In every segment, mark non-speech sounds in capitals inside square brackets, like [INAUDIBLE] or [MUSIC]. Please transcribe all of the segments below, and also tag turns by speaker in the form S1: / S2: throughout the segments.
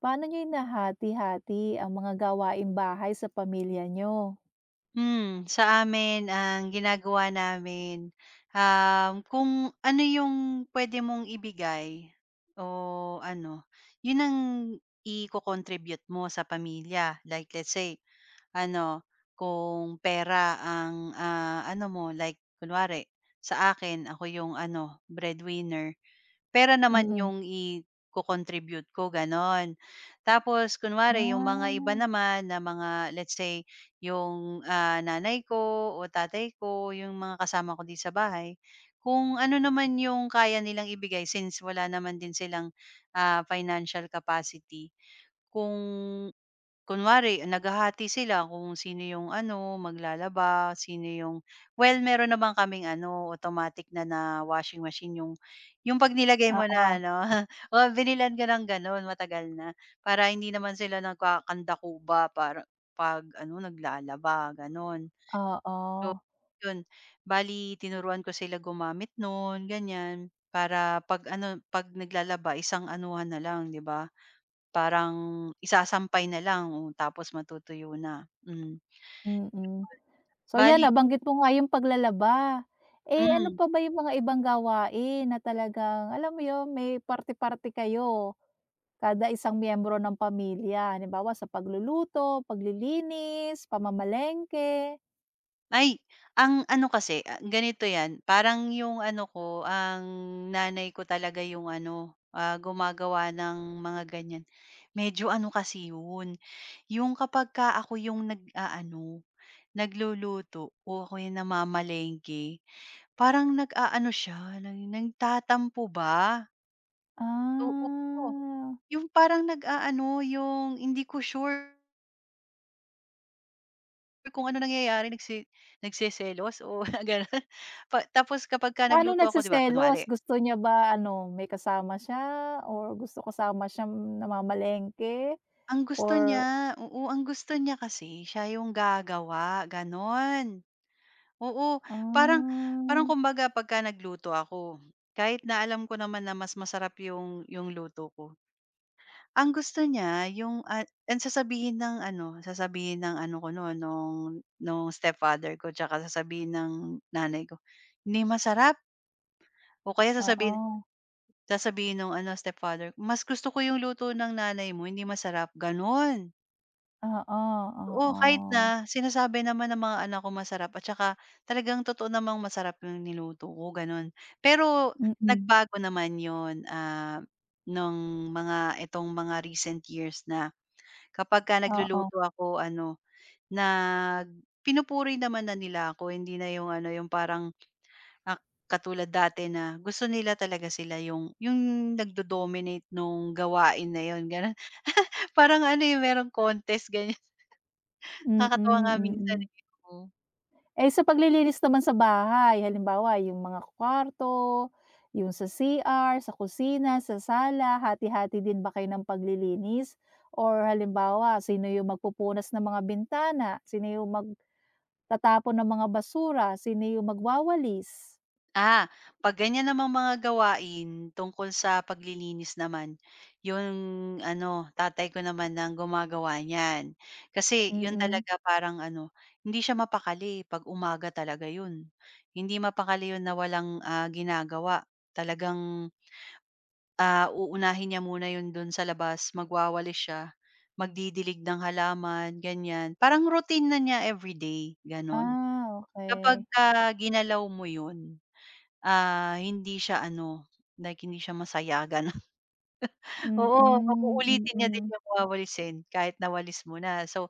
S1: Paano niyo nahati hati ang mga gawaing bahay sa pamilya niyo?
S2: Sa amin ang ginagawa namin, kung ano yung pwede mong ibigay o ano, yun ang i contribute mo sa pamilya. Like let's say ano, kung pera ang, ano mo, like kunwari sa akin, ako yung ano, breadwinner. Pera naman
S1: Mm.
S2: yung i contribute ko, gano'n. Tapos kunwari yung mga iba
S1: Ah,
S2: naman, na mga, let's say, yung, nanay ko o tatay ko, yung mga kasama ko di sa bahay, kung ano naman yung kaya nilang ibigay, since wala naman din silang, financial capacity, kung kunwari naghahati sila kung sino yung ano, maglalaba, sino yung, well, meron naman kaming ano, automatic na na washing machine, yung 'pag nilagay mo
S1: oo,
S2: na ano, [LAUGHS] o binilhan ka ng gano'n, matagal na, para hindi naman sila nagkakandakuba para 'pag ano, naglalaba, gano'n.
S1: oo,
S2: So, yun, bali tinuruan ko sila gumamit nun, ganyan. Para 'pag ano, 'pag naglalaba, isang anuhan na lang, 'di ba? Parang isasampay na lang, oh, tapos matutuyo na, hmm.
S1: mm. So 'yan
S2: Bale,
S1: nabanggit mo nga yung paglalaba. Eh, ano
S2: hmm.
S1: pa ba yung mga ibang gawain na talagang alam mo yun, may parte-parte kayo, kada isang miyembro ng pamilya? Halimbawa sa pagluluto, paglilinis, pamamalengke?
S2: Ay, ang ano kasi, ah, ganito 'yan, parang yung ano ko, ang nanay ko talaga yung ano, ah, gumagawa ng mga ganyan. Medyo ano kasi yun, yung kapagka ako yung nag-aano, nagluluto, o ako yung namamalengke, parang nag-aano siya, nagtatampo ba? Oo,
S1: Ah.
S2: yung parang nag-aano, yung hindi ko sure kung ano nangyayari, nagseselos o [LAUGHS] gano'n. Pa tapos kapagka
S1: Paano
S2: nagluto ako, 'di ba, kunwari,
S1: nagseselos? Gusto niya ba ano, may kasama siya or gusto kasama siyang namamalengke
S2: ang gusto
S1: or
S2: niya, oo, ang gusto niya kasi siya yung gagawa, gano'n. Oo, parang parang
S1: ah,
S2: kumbaga, pagka nagluto ako, kahit na alam ko naman na mas masarap yung luto ko, ang gusto niya yung, ah, ang sasabihin ng ano ko nun, nung stepfather ko, tsaka sasabihin ng nanay ko, "Hindi masarap." O kaya sasabihin,
S1: oo,
S2: sasabihin nung ano, stepfather, "Mas gusto ko yung luto ng nanay mo, hindi masarap." Gano'n.
S1: oo,
S2: Oo, kahit
S1: oo.
S2: na sinasabi naman ng mga anak ko masarap at saka talagang totoo namang masarap yung niluto ko, gano'n. Pero
S1: Mm,
S2: nagbago naman 'yun, nung mga itong mga recent years na kapagka
S1: oo.
S2: nagluluto ako ano, nag pinupuri naman na nila ako, hindi na yung ano, yung parang, ah, katulad dati na gusto nila talaga sila yung nagdo-dominate nung gawain na yun, gano'n. [LAUGHS] Parang ano, eh, merong contest ganyan, [LAUGHS]
S1: Mm,
S2: nakakatuwa nga minsan,
S1: mm.
S2: eh, oo.
S1: Eh, sa paglilinis naman sa bahay, halimbawa yung mga kwarto, yung sa CR, sa kusina, sa sala, hati-hati din ba kayo ng paglilinis? Or halimbawa, sino yung magpupunas ng mga bintana, sino yung mag tatapon ng mga basura, sino yung magwawalis?
S2: Ah, 'pag ganyan namang mga gawain tungkol sa paglilinis naman, yung ano, tatay ko naman ang gumagawa niyan. Kasi yun
S1: Mm.
S2: talaga parang ano, hindi siya mapakali 'pag umaga talaga yun. Hindi mapakali yun na walang, ginagawa. Talagang, ah, uunahin niya muna yun dun sa labas, magwawalis siya, magdidilig ng halaman, ganyan. Parang routine na niya everyday, gano'n.
S1: Ah, okey.
S2: Kapagka ginalaw mo yun, hindi siya ano, like hindi siya masaya, gano'n. [LAUGHS]
S1: Mm,
S2: Oo, uulitin niya din
S1: mm.
S2: yung wawalisin kahit nawalis mo na. So,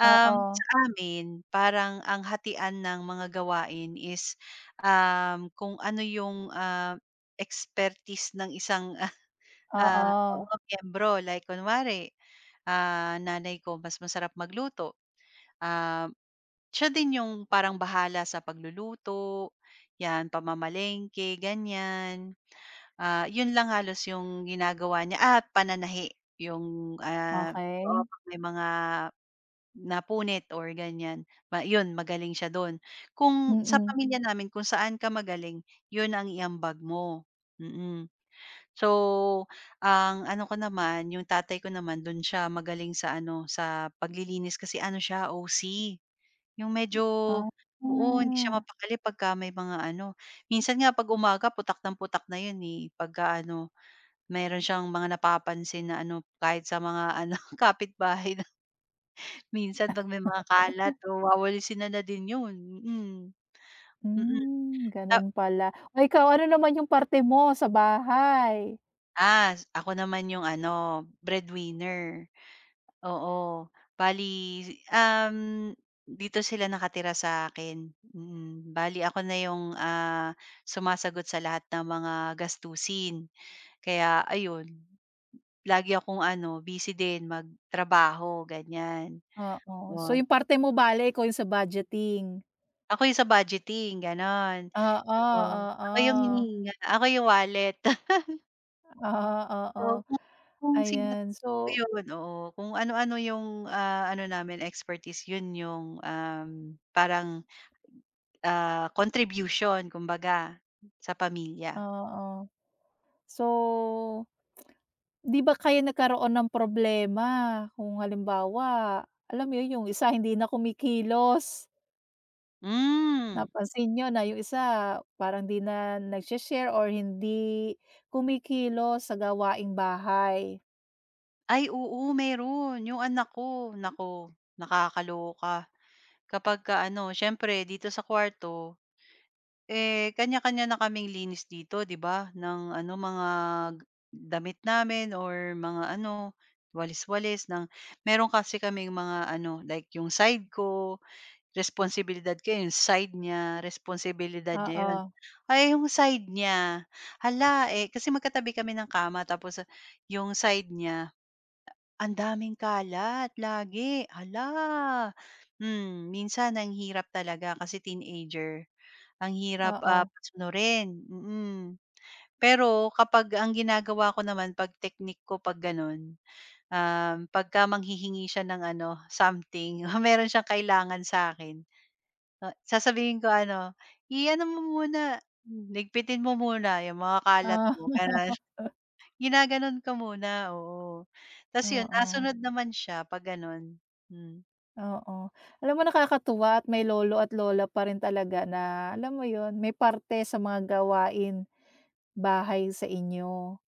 S1: Oo,
S2: sa amin parang ang hatian ng mga gawain is, kung ano yung, expertise ng isang [LAUGHS] ah,
S1: oo,
S2: oo, miyembro. Like kunwari, nanay ko mas masarap magluto, ah, siya din yung parang bahala sa pagluluto, 'yan, pamamalengke, ganyan. Ah, 'yun lang halos yung ginagawa niya at pananahi, yung, ah, oo,
S1: okey.
S2: 'pag may mga napunit or ganyan, ma 'yun, magaling siya do'n. Kung sa
S1: Mm.
S2: pamilya namin, kung saan ka magaling, 'yun ang iambag mo, mm. So, ang ano ko naman, yung tatay ko naman, don siya magaling sa ano, sa paglilinis, kasi ano siya, OC, yung medyo,
S1: Ah,
S2: oo, hindi siya mapakali pagka may mga ano, minsan nga 'pag umaga putak ng putak na yun, eh, pagka ano meron siyang mga napapansin na ano kahit sa mga [LAUGHS] ano kapitbahay na minsan 'pag may mga kalat o wawalisin na na din yun, mm. Mm,
S1: hmm,
S2: ta,
S1: gano'n pala. Oh, ikaw ano naman yung parte mo sa bahay?
S2: ako naman yung ano, breadwinner. Oo, bali, um, dito sila nakatira sa'kin, mm. Bali ako na yung, sumasagot sa lahat ng mga gastusin. Kaya ayun, lagi akong ano, busy din magtrabaho, ganyan.
S1: Oo, so
S2: Yun,
S1: yung parte mo bale ikaw yung sa budgeting?
S2: ako yung sa budgeting, gano'n.
S1: Oo,
S2: Oo, ako yung
S1: oo.
S2: hinihinga, ako yung wallet. [LAUGHS]
S1: Oo, oo.
S2: So, kung sino
S1: Ayan, so
S2: yun, oo. Kung ano-ano yung, ano namin expertise, yun yung, parang, ah, contribution kumbaga sa pamilya.
S1: oo. So 'di ba kayo nagkaroon ng problema kung halimbawa, alam mo 'yun, yung isa hindi na kumikilos,
S2: Hmm,
S1: napansin niyo na yung isa parang 'di na nagshe-share or hindi kumikilos sa gawaing bahay.
S2: ay oo, meron, yung anak ko, naku, nakakaloka. Kapagka ano, syempre dito sa kwarto, eh, kanya-kanya na kaming linis dito 'di ba ng ano mga g- damit namin or mga ano, walis-walis ng, meron kasi kaming mga ano, like yung side ko, responsibilidad ko yun, side niya, responsibilidad niya yun.
S1: Oo,
S2: Ay yung side niya, hala, eh, kasi magkatabi kami ng kama tapos ah, yung side niya, ang daming kalat lagi, hala. Hmm, minsan ang hirap talaga kasi teenager, ang hirap,
S1: oo,
S2: pasunurin, mm. Pero kapag ang ginagawa ko naman 'pag technique ko 'pag gano'n, pagka manghihingi siya ng ano, something, [LAUGHS] meron siyang kailangan sa akin o sasabihin ko ano, i-ano mo muna, ligpitin mo muna yung mga kalat
S1: oo,
S2: mo, gano'n.
S1: [LAUGHS]
S2: [LAUGHS] Ginaganon ko muna, oo. Tapos yun,
S1: oo,
S2: nasunod naman siya 'pag gano'n. Hmm,
S1: oo. Alam mo nakakatuwa at may lolo at lola pa rin talaga na alam mo 'yun, may parte sa mga gawaing bahay sa inyo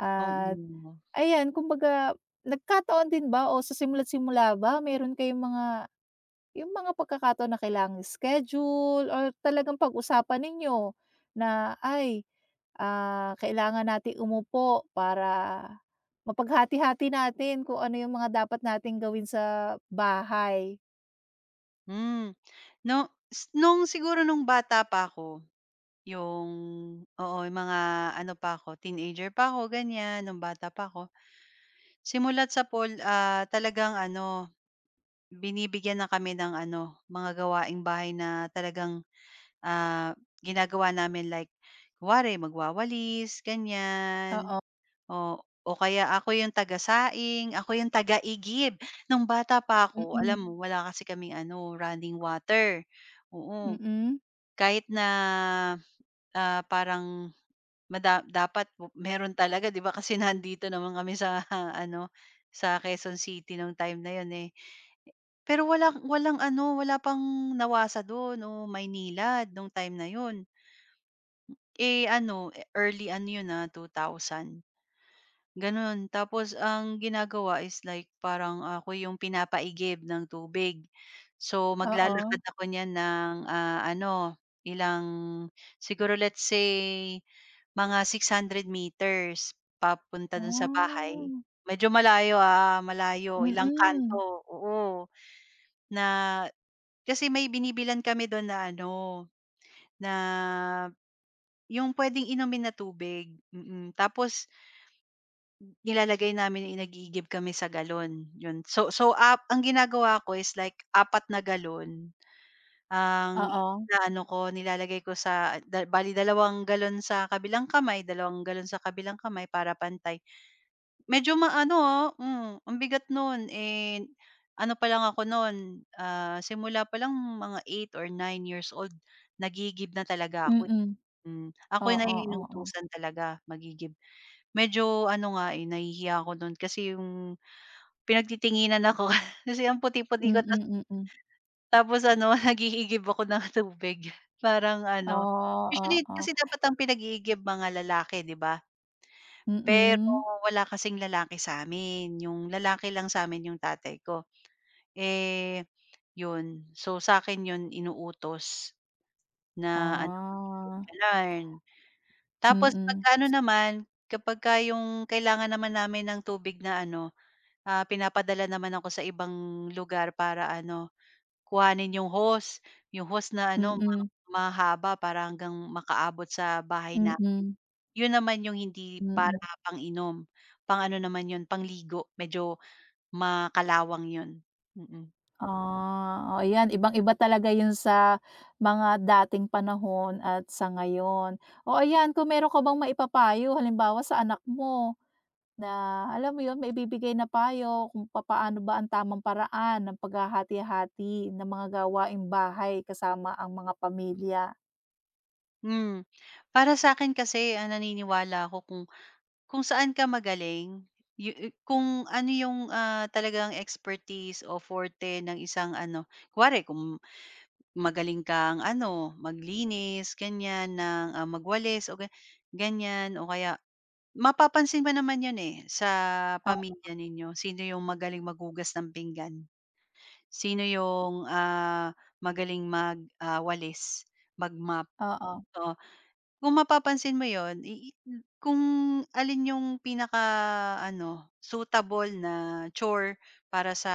S1: at
S2: oo.
S1: ayan, kumbaga nagkataon din ba o sa simula't simula ba meron kayong mga yung mga pagkakataon na kailangang schedule or talagang pag-usapan ninyo na, "Ay, ah, kailangan nating umupo para mapaghati-hati natin kung ano yung mga dapat nating gawin sa bahay."
S2: Hmm, no s nung siguro nung bata pa ako, yung, oo, yung mga ano pa ako, teenager pa ako, ganyan, nung bata pa ako. Simula't sa Paul, talagang ano, binibigyan na kami ng ano, mga gawaing bahay na talagang, ah, ginagawa namin, like kunwari magwawalis, ganyan.
S1: Oo,
S2: O o kaya ako yung taga-saing, ako yung taga-igib. Nung bata pa ako
S1: mm,
S2: alam mo wala kasi kaming ano, running water, oo.
S1: mm,
S2: Kahit na, parang mada dapat meron talaga 'di ba [LAUGHS] kasi nandito naman kami sa [LAUGHS] ano, sa Quezon City nung time na yon, eh. Pero walang walang ano, wala pang NAWASA dun o Maynilad nung time na yon. Eh, ano, eh, early ano yun, na ah, 2000, gano'n. Tapos ang ginagawa is like parang ako yung pinapaigib ng tubig. So,
S1: oo,
S2: maglalakad ako niyan ng, ano, ilang, siguro let's say mga 600 meters papunta do'n sa bahay.
S1: oh,
S2: Medyo malayo, ah, malayo, ilang
S1: mm,
S2: kanto, oo. Na kasi may binibilan kami do'n na ano, na yung puwedeng inumin na tubig, mm. mm. Tapos nilalagay namin, inagigib kami sa galon, yun. So, up ang ginagawa ko is like apat na galon ang
S1: oo,
S2: ano ko, nilalagay ko sa da bale dalawang galon sa kabilang kamay, dalawang galon sa kabilang kamay para pantay. Medyo maano, ah, hmm, ang bigat nun, eh, ano pa lang ako nun, ah, simula pa lang, mga 8 or 9 years old nagigib na talaga ako, eh.
S1: mm,
S2: Hmm, ako
S1: oo,
S2: na
S1: oo,
S2: inutusan talaga magigib. Medyo ano nga, eh, nahihiya ako nun kasi yung pinagtitinginan ako [LAUGHS] kasi ang puti-puti
S1: mm,
S2: ko, tas
S1: mm,
S2: tapos ano [LAUGHS] nag-iigib ako ng tubig [LAUGHS] parang
S1: oh,
S2: ano,
S1: oo.
S2: usually
S1: Oo.
S2: kasi dapat ang pinag-iigib mga lalaki, 'di ba? Pero
S1: Mm.
S2: wala kasing lalaki sa sa'min, yung lalaki lang sa sa'min yung tatay ko. Eh, yun so sa akin yun inuutos na ano, mag-iigib
S1: Ah,
S2: ka lang. Tapos
S1: mm,
S2: pagka ano naman, kapagka yung kailangan naman namin ng tubig na ano, pinapadala naman ako sa ibang lugar para ano, kuhanin yung hose na ano ma
S1: mm,
S2: mahaba para hanggang makaabot sa bahay, na
S1: mm,
S2: yun naman yung hindi para
S1: mm.
S2: pang-inom, pang-ano naman yun, pangligo, medyo makalawang yun. Mm.
S1: Ah, oh, ayan ibang-iba talaga 'yun sa mga dating panahon at sa ngayon. O ayan, kung meron ka bang maipapayo halimbawa sa anak mo na alam mo 'yun, maibibigay na payo kung papaano ba ang tamang paraan ng paghahati-hati ng mga gawaing bahay kasama ang mga pamilya?
S2: Hmm, para sa'kin kasi ang naniniwala ako kung saan ka magaling, yu yu kung ano yung, talagang expertise o forte ng isang ano, kunwari kung magaling kang ano, maglinis ganyan ng, magwalis o ga ganyan o kaya mapapansin ba naman 'yun, eh, sa
S1: O
S2: pamilya ninyo. Sino 'yung magaling maghugas ng pinggan? Sino 'yung, magaling magwalis, magmap?
S1: oo,
S2: Kung mapapansin mo yon, i kung alin yung pinaka-ano, suitable na chore para sa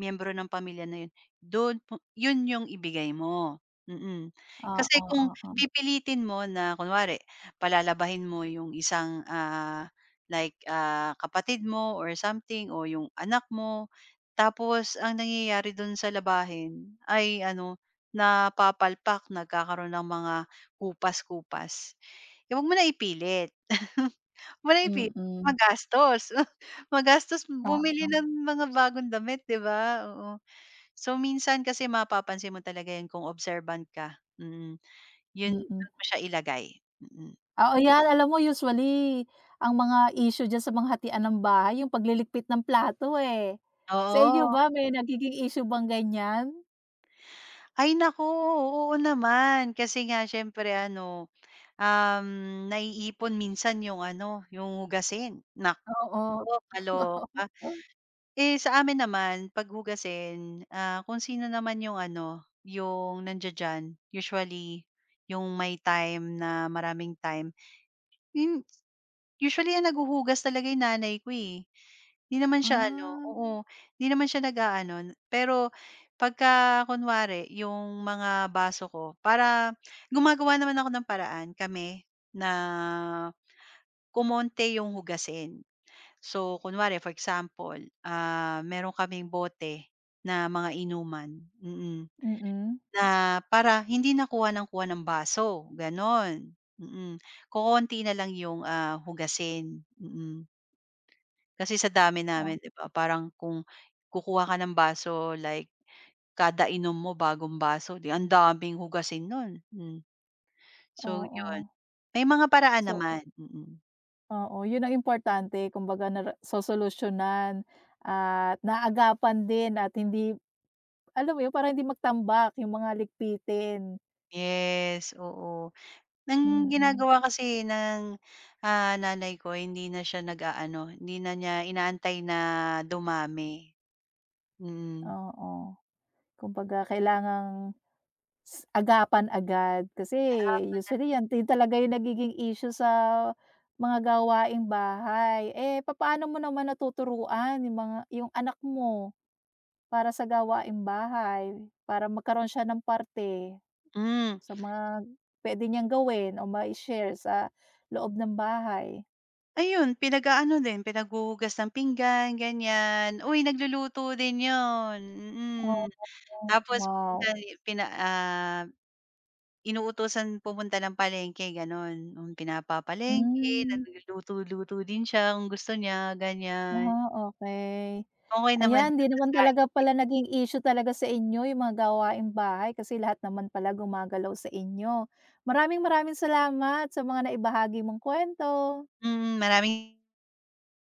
S2: miyembro ng pamilya na 'yun, do'n po 'yun yung ibigay mo, mm.
S1: oo,
S2: Kasi kung
S1: oo,
S2: pipilitin mo na kunwari palalabahin mo yung isang, ah, like, kapatid mo or something o yung anak mo, tapos ang nangyayari do'n sa labahin ay ano, napapalpak, nagkakaroon ng mga kupas-kupas. Eh, wag mo na ipilit. [LAUGHS] Wag mo na ipilit
S1: mm,
S2: magastos. [LAUGHS] Magastos bumili
S1: oo,
S2: ng mga bagong damit, 'di ba? Oo. So, minsan kasi mapapansin mo talaga 'yan kung observant ka, mm. 'Yun
S1: mm.
S2: do'n mo siya ilagay, mm.
S1: Oo, 'yan. Alam mo usually ang mga issue diyan sa mga hatian ng bahay yung pagliligpit ng plato, eh. Sa inyo
S2: Oo.
S1: ba may nagiging issue bang ganyan?
S2: Ay naku, oo naman. Kasi nga siyempre ano, um, naiipon minsan 'yung ano, 'yung hugasin. Naku,
S1: Oo, [LAUGHS]
S2: kaloka.
S1: totoo.
S2: Eh, sa amin naman paghugasin, ah, kung sino naman yung ano, yung nandiya-diyan, usually yung may time na maraming time, yun usually ang naghuhugas talaga yung nanay ko, eh. 'Di naman siya ano,
S1: Ah,
S2: oo, 'di naman siya nag ano. Pero pagka kunwari yung mga baso ko para gumagawa naman ako ng paraan kami na kumonti yung hugasin. So, kunwari for example, meron kaming bote na mga inuman, mm,
S1: mm.
S2: na para hindi na kuha ng baso, gano'n. Mm, kokonti na lang 'yung, hugasin, mm. Kasi sa dami namin
S1: Oh,
S2: 'di ba, parang kung kukuha ka ng baso like kada inom mo bagong baso, 'di ang daming hugasin nun, hmm. So
S1: oo.
S2: 'yun, may mga paraan
S1: So
S2: naman, mm. mm.
S1: oo, yun ang importante kumbaga nara sosolusyunan at naagapan din at hindi alam mo yun, para hindi magtambak yung mga ligpitin.
S2: Yes, oo. Ang
S1: Mm,
S2: ginagawa kasi ng, nanay ko, hindi na siya nag-aano, hindi na niya inaantay na dumami, mm.
S1: oo. Kumbaga kailangang S- agapan agad kasi usually yan din talaga yung nagiging issue sa mga gawaing bahay. Eh, papaano mo naman natuturuan yung mga yung anak mo para sa gawaing bahay, para magkaroon siya ng parte
S2: Hmm,
S1: sa mga puwede niyang gawin o mai-share sa loob ng bahay?
S2: ayun pinag-aano din, pinaghuhugas ng pinggan ganyan, uy nagluluto din yun, mm.
S1: Oo,
S2: Tapos
S1: wow,
S2: pinali pina ah, inuutusan pumunta ng palengke gano'n, hmm, pinapapalengke
S1: hmm.
S2: nagluluto-luto din siya kung gusto niya ganyan,
S1: Ah, okey.
S2: okey naman
S1: Ayan,
S2: siya
S1: 'di
S2: sa
S1: naman talaga
S2: saing din.
S1: pala naging issue talaga sa inyo yung mga gawaing bahay kasi lahat naman pala gumagalaw sa inyo. Maraming maraming salamat sa mga naibahagi mong kuwento.
S2: Mm, maraming